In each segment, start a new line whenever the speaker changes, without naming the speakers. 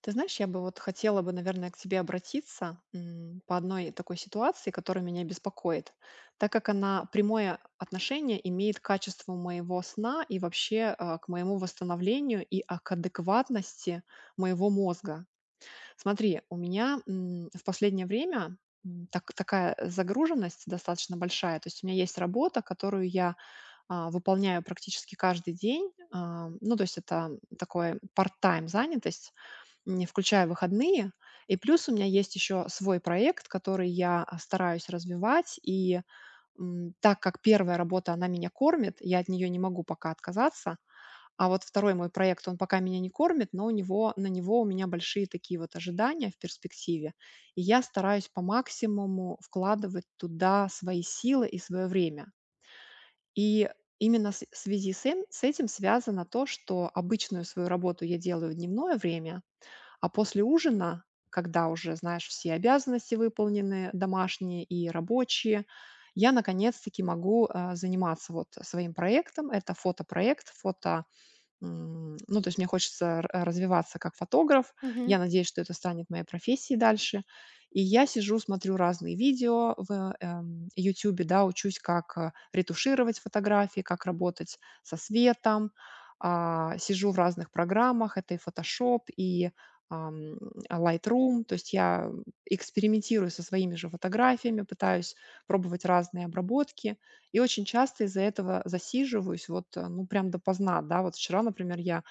Ты знаешь, я бы вот хотела бы, наверное, к тебе обратиться по одной такой ситуации, которая меня беспокоит, так как она прямое отношение имеет к качеству моего сна и вообще к моему восстановлению и к адекватности моего мозга. Смотри, у меня в последнее время такая загруженность достаточно большая. То есть у меня есть работа, которую я выполняю практически каждый день. Ну, то есть это такой парт-тайм занятость, не включая выходные. И плюс у меня есть еще свой проект, который я стараюсь развивать. И так как первая работа, она меня кормит, я от нее не могу пока отказаться. А вот второй мой проект, он пока меня не кормит, но у него на него у меня большие такие вот ожидания в перспективе. И я стараюсь по максимуму вкладывать туда свои силы и свое время. И именно с в связи с этим связано то, что обычную свою работу я делаю в дневное время, а после ужина, когда уже, знаешь, все обязанности выполнены, домашние и рабочие, я наконец-таки могу заниматься вот своим проектом. Это фотопроект, фото. Ну, то есть мне хочется р развиваться как фотограф.
Мгм.
Я надеюсь, что это станет моей профессией дальше. И я сижу, смотрю разные видео в "Ютюбе", да, учусь, как ретушировать фотографии, как работать со светом. А, сижу в разных программах. Это Photoshop, и, ам, "Лайтрум". То есть я экспериментирую со своими же фотографиями, пытаюсь пробовать разные обработки. И очень часто из-за этого засиживаюсь вот, ну, прям допоздна, да. Вот вчера, например, я,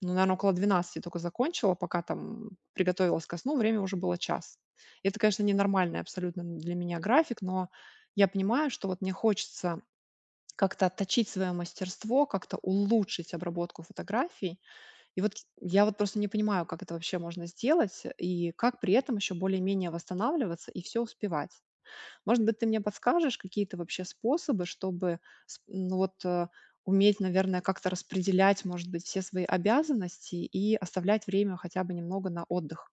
ну, наверно, около 12 только закончила, пока там приготовилась ко сну, время уже было час. Это, конечно, ненормальный абсолютно н для меня график, но я понимаю, что вот мне хочется как-то отточить свое мастерство, как-то улучшить обработку фотографий. И вот я вот просто не понимаю, как это вообще можно сделать и как при этом еще более-менее восстанавливаться и все успевать. Может быть, ты мне подскажешь какие-то вообще способы, чтобы сп ну вот, э, уметь, наверное, как-то распределять, может быть, все свои обязанности и оставлять время хотя бы немного на отдых?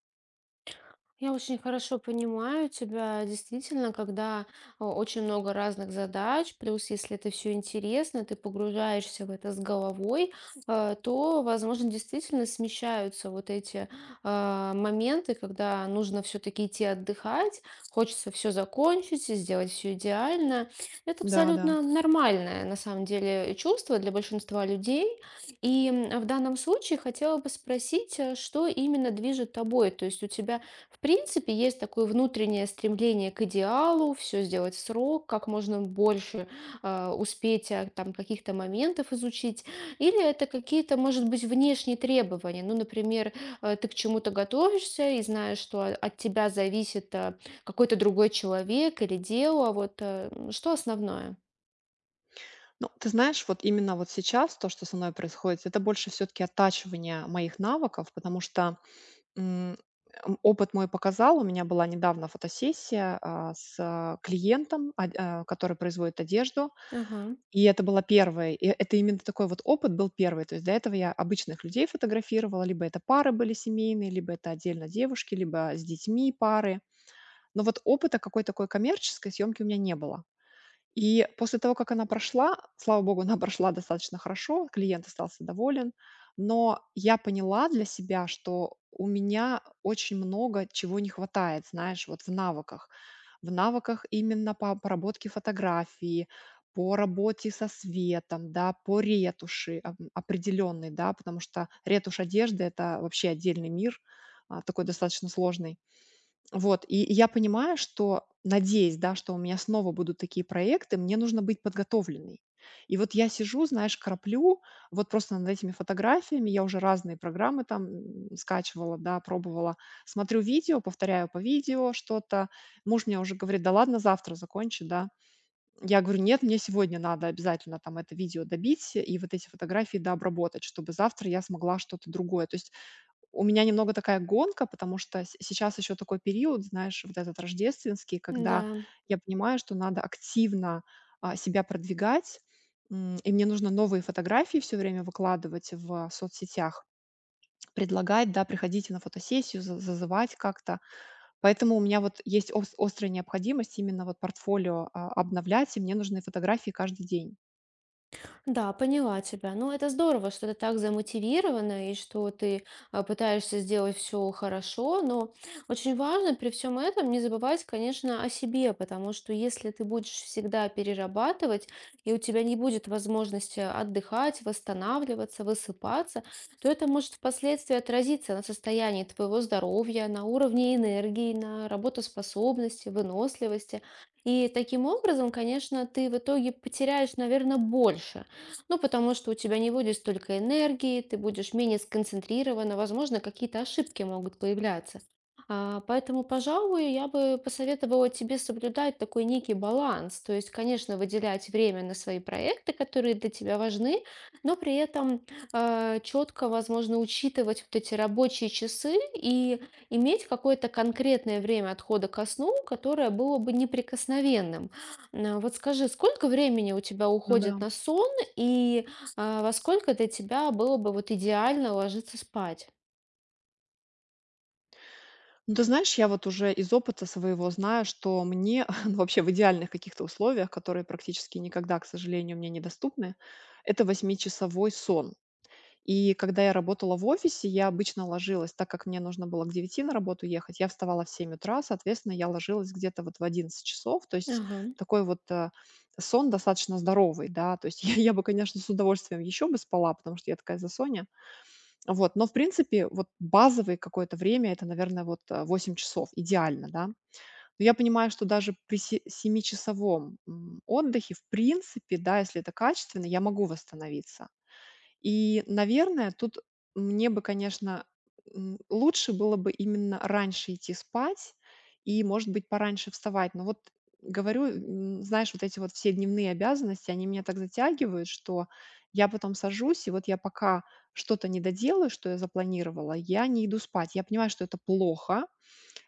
Я очень хорошо понимаю тебя, действительно, когда очень много разных задач, плюс если это все интересно, ты погружаешься в это с головой, то, возможно, действительно смещаются вот эти моменты, когда нужно все-таки идти отдыхать, хочется все закончить и сделать все идеально. Это
Да, да.
абсолютно нормальное, на самом деле, чувство для большинства людей. В данном случае хотела бы спросить, что именно движет тобой, то есть у тебя в принципе, есть такое внутреннее стремление к идеалу, все сделать в срок, как можно больше успеть там каких-то моментов изучить. Или это какие-то, может быть, внешние требования. Ну, например, ты к чему-то готовишься и знаешь, что от тебя зависит какой-то другой человек или дело. Вот что основное?
Ну, ты знаешь, вот именно вот сейчас то, что со мной происходит, это больше все таки оттачивание моих навыков, потому что, м, опыт мой показал, у меня была недавно фотосессия с клиентом, который производит одежду.
Ага,
И это именно такой вот опыт был первый. То есть до этого я обычных людей фотографировала, либо это пары были семейные, либо это отдельно девушки, либо с детьми пары. Но вот опыта какой-то такой коммерческой съемки у меня не было. И после того, как она прошла, слава богу, она прошла достаточно хорошо, клиент остался доволен, но я поняла для себя, что у меня очень много чего не хватает, знаешь, вот в навыках. В навыках именно по обработке фотографии, по работе со светом, да, по ретуши определенной, да, потому что ретушь одежды – это вообще отдельный мир, такой достаточно сложный. Вот, и я понимаю, что, надеюсь, да, что у меня снова будут такие проекты, мне нужно быть подготовленной. И вот я сижу, знаешь, краплю вот просто над этими фотографиями. Я уже разные программы там скачивала, да, пробовала. Смотрю видео, повторяю по видео что-то. Муж мне уже говорит, да ладно, завтра закончи, да. Я говорю, нет, мне сегодня надо обязательно там это видео добить и вот эти фотографии дообработать, чтобы завтра я смогла что-то другое. То есть у меня немного такая гонка, потому что с сейчас еще такой период, знаешь, вот этот рождественский, когда
да.
я понимаю, что надо активно, себя продвигать, и мне нужно новые фотографии все время выкладывать в соцсетях, предлагать, да, приходите на фотосессию, за зазывать как-то. Поэтому у меня вот есть ос острая необходимость именно вот портфолио, обновлять, и мне нужны фотографии каждый день.
Да, поняла тебя. Ну, это здорово, что ты так замотивирована и что ты пытаешься сделать все хорошо, но очень важно при всем этом не забывать, конечно, о себе, потому что если ты будешь всегда перерабатывать, и у тебя не будет возможности отдыхать, восстанавливаться, высыпаться, то это может впоследствии отразиться на состоянии твоего здоровья, на уровне энергии, на работоспособности, выносливости. И таким образом, конечно, ты в итоге потеряешь, наверное, больше. Ну, потому что у тебя не будет столько энергии, ты будешь менее сконцентрирована, возможно, какие-то ошибки могут появляться. Поэтому, пожалуй, я бы посоветовала тебе соблюдать такой некий баланс. То есть, конечно, выделять время на свои проекты, которые для тебя важны, но при этом четко, возможно, учитывать вот эти рабочие часы и иметь какое-то конкретное время отхода ко сну, которое было бы неприкосновенным. Вот скажи, сколько времени у тебя
Ну да.
уходит на сон? И, Во сколько для тебя было бы вот идеально ложиться спать?
Ну, ты знаешь, я вот уже из опыта своего знаю, что мне, ну, вообще в идеальных каких-то условиях, которые практически никогда, к сожалению, мне недоступны, это восьмичасовой сон. И когда я работала в офисе, я обычно ложилась, так как мне нужно было к 9 на работу ехать, я вставала в 7 утра, соответственно, я ложилась где-то вот в 11 часов, то есть
Ага,
такой вот сон достаточно здоровый, да, то есть я бы, конечно, с удовольствием еще бы спала, потому что я такая засоня, вот, но, в принципе, вот базовое какое-то время – это, наверное, вот, 8 часов идеально, да. Но я понимаю, что даже при се семичасовом, отдыхе, в принципе, да, если это качественно, я могу восстановиться. И, наверное, тут мне бы, конечно, лучше было бы именно раньше идти спать и, может быть, пораньше вставать. Но вот говорю, знаешь, вот эти вот все дневные обязанности, они меня так затягивают, что я потом сажусь, и вот я пока что-то не доделаю, что я запланировала, я не иду спать. Я понимаю, что это плохо,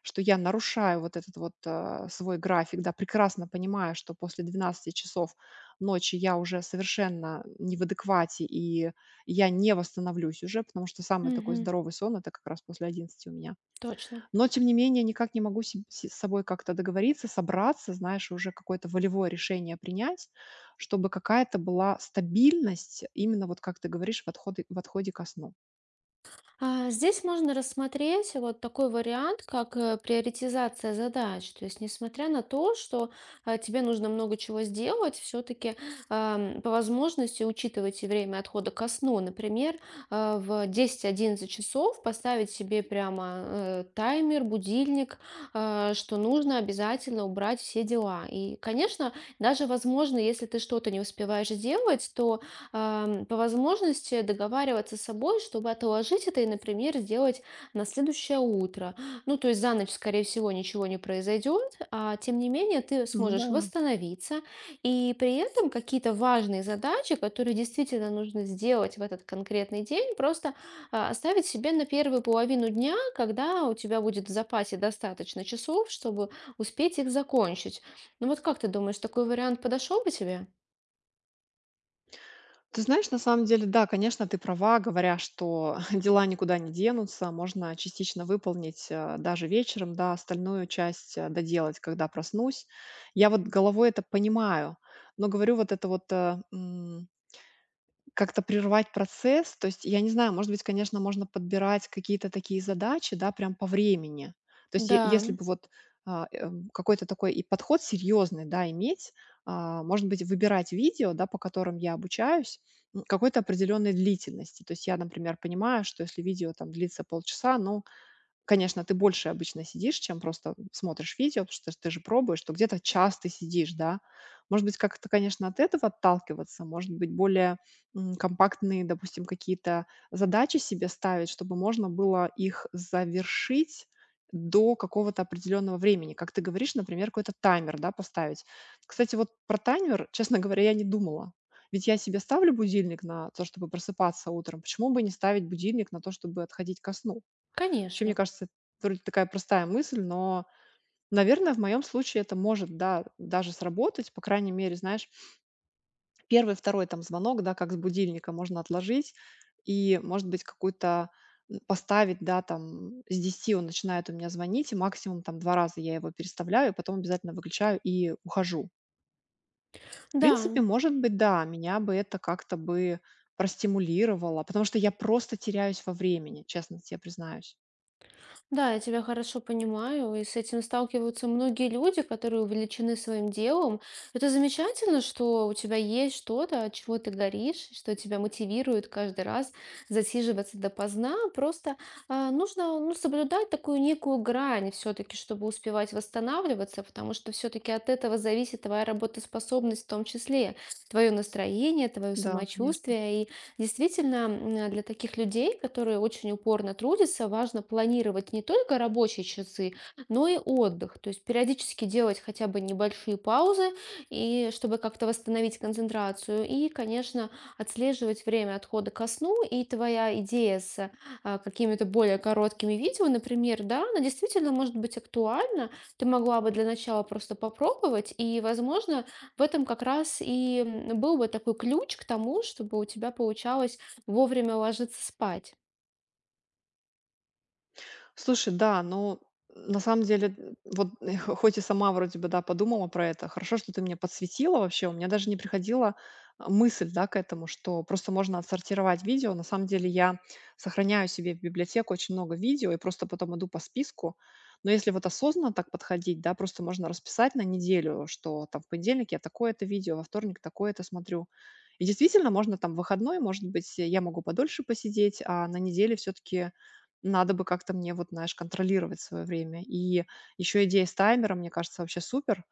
что я нарушаю вот этот вот свой график, да, прекрасно понимая, что после 12 часов ночи я уже совершенно не в адеквате, и я не восстановлюсь уже, потому что самый такой
мгм,
здоровый сон – это как раз после 11 у меня.
точно.
Но, тем не менее, никак не могу себ се с собой как-то договориться, собраться, знаешь, и уже какое-то волевое решение принять, чтобы какая-то была стабильность именно, вот как ты говоришь, в отходе ко сну.
Здесь можно рассмотреть вот такой вариант, как приоритизация задач. То есть, несмотря на то, что тебе нужно много чего сделать, все-таки по возможности учитывать и время отхода ко сну. Например, в десять-одиннадцать часов поставить себе прямо таймер, будильник, что нужно обязательно убрать все дела. И, конечно, даже возможно, если ты что-то не успеваешь сделать, то по возможности договариваться с собой, чтобы отложить это и, например, сделать на следующее утро. Ну, то есть за ночь, скорее всего, ничего не произойдет, а тем не менее ты
Ну да.
сможешь восстановиться, и при этом какие-то важные задачи, которые действительно нужно сделать в этот конкретный день, просто оставить себе на первую половину дня, когда у тебя будет в запасе достаточно часов, чтобы успеть их закончить. Ну вот как ты думаешь, такой вариант подошел бы тебе?
Ты знаешь, на самом деле, да, конечно, ты права, говоря, что дела никуда не денутся, можно частично выполнить даже вечером, да, остальную часть доделать, когда проснусь. Я вот головой это понимаю, но говорю, вот это вот как-то прервать процесс. То есть, я не знаю, может быть, конечно, можно подбирать какие-то такие задачи, да, прям по времени. То есть, е-
Да,
если бы вот а, эм, какой-то такой и подход серьезный, да, иметь, а, может быть, выбирать видео, да, по которым я обучаюсь, какой-то определенной длительности. То есть я, например, понимаю, что если видео там длится полчаса, ну, конечно, ты больше обычно сидишь, чем просто смотришь видео, потому что ты же пробуешь, что где-то час ты сидишь, да. Может быть, как-то, конечно, от этого отталкиваться, может быть, более компактные, допустим, какие-то задачи себе ставить, чтобы можно было их завершить до какого-то определенного времени. Как ты говоришь, например, какой-то таймер, да, поставить. Кстати, вот про таймер, честно говоря, я не думала. Ведь я себе ставлю будильник на то, чтобы просыпаться утром. Почему бы не ставить будильник на то, чтобы отходить ко сну? Вообще, мне
конечно.
кажется, это вроде такая простая мысль, но, наверное, в моем случае это может, да, даже сработать. По крайней мере, знаешь, первый, второй там звонок, да, как с будильника можно отложить и, может быть, какую-то поставить, да, там с 10 он начинает у меня звонить, и максимум там 2 раза я его переставляю, потом обязательно выключаю и ухожу. В
Да,
принципе, может быть, да, меня бы это как-то бы простимулировало, потому что я просто теряюсь во времени, честно тебе признаюсь.
да, я тебя хорошо понимаю, и с этим сталкиваются многие люди, которые увлечены своим делом. Это замечательно, что у тебя есть что-то, от чего ты горишь, что тебя мотивирует каждый раз засиживаться допоздна. Просто нужно, ну, соблюдать такую некую грань все-таки, чтобы успевать восстанавливаться, потому что все-таки от этого зависит твоя работоспособность в том числе, твое настроение, твое
Да, конечно.
самочувствие. И действительно, для таких людей, которые очень упорно трудятся, важно планировать не только рабочие часы, но и отдых. То есть периодически делать хотя бы небольшие паузы, и чтобы как-то восстановить концентрацию. И, конечно, отслеживать время отхода ко сну. И твоя идея с какими-то более короткими видео, например, да, она действительно может быть актуальна. Ты могла бы для начала просто попробовать, и, возможно, в этом как раз и был бы такой ключ к тому, чтобы у тебя получалось вовремя ложиться спать.
Слушай, да, но на самом деле, вот хоть и сама вроде бы, да, подумала про это, хорошо, что ты меня подсветила вообще, у меня даже не приходила мысль, да, к этому, что просто можно отсортировать видео. На самом деле я сохраняю себе в библиотеку очень много видео и просто потом иду по списку. Но если вот осознанно так подходить, да, просто можно расписать на неделю, что там в понедельник я такое-то видео, во вторник такое-то смотрю. И действительно, можно там в выходной, может быть, я могу подольше посидеть, а на неделе все-таки надо бы как-то мне, вот знаешь, контролировать свое время. И еще идея с таймером, мне кажется, вообще супер.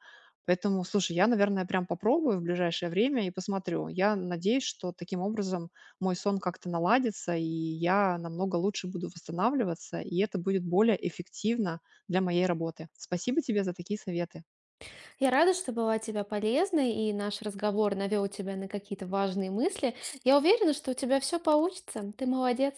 Поэтому, слушай, я, наверное, прям попробую в ближайшее время и посмотрю. Я надеюсь, что таким образом мой сон как-то наладится, и я намного лучше буду восстанавливаться, и это будет более эффективно для моей работы. Спасибо тебе за такие советы.
Я рада, что была тебе полезной, и наш разговор навел тебя на какие-то важные мысли. Я уверена, что у тебя все получится. Ты молодец.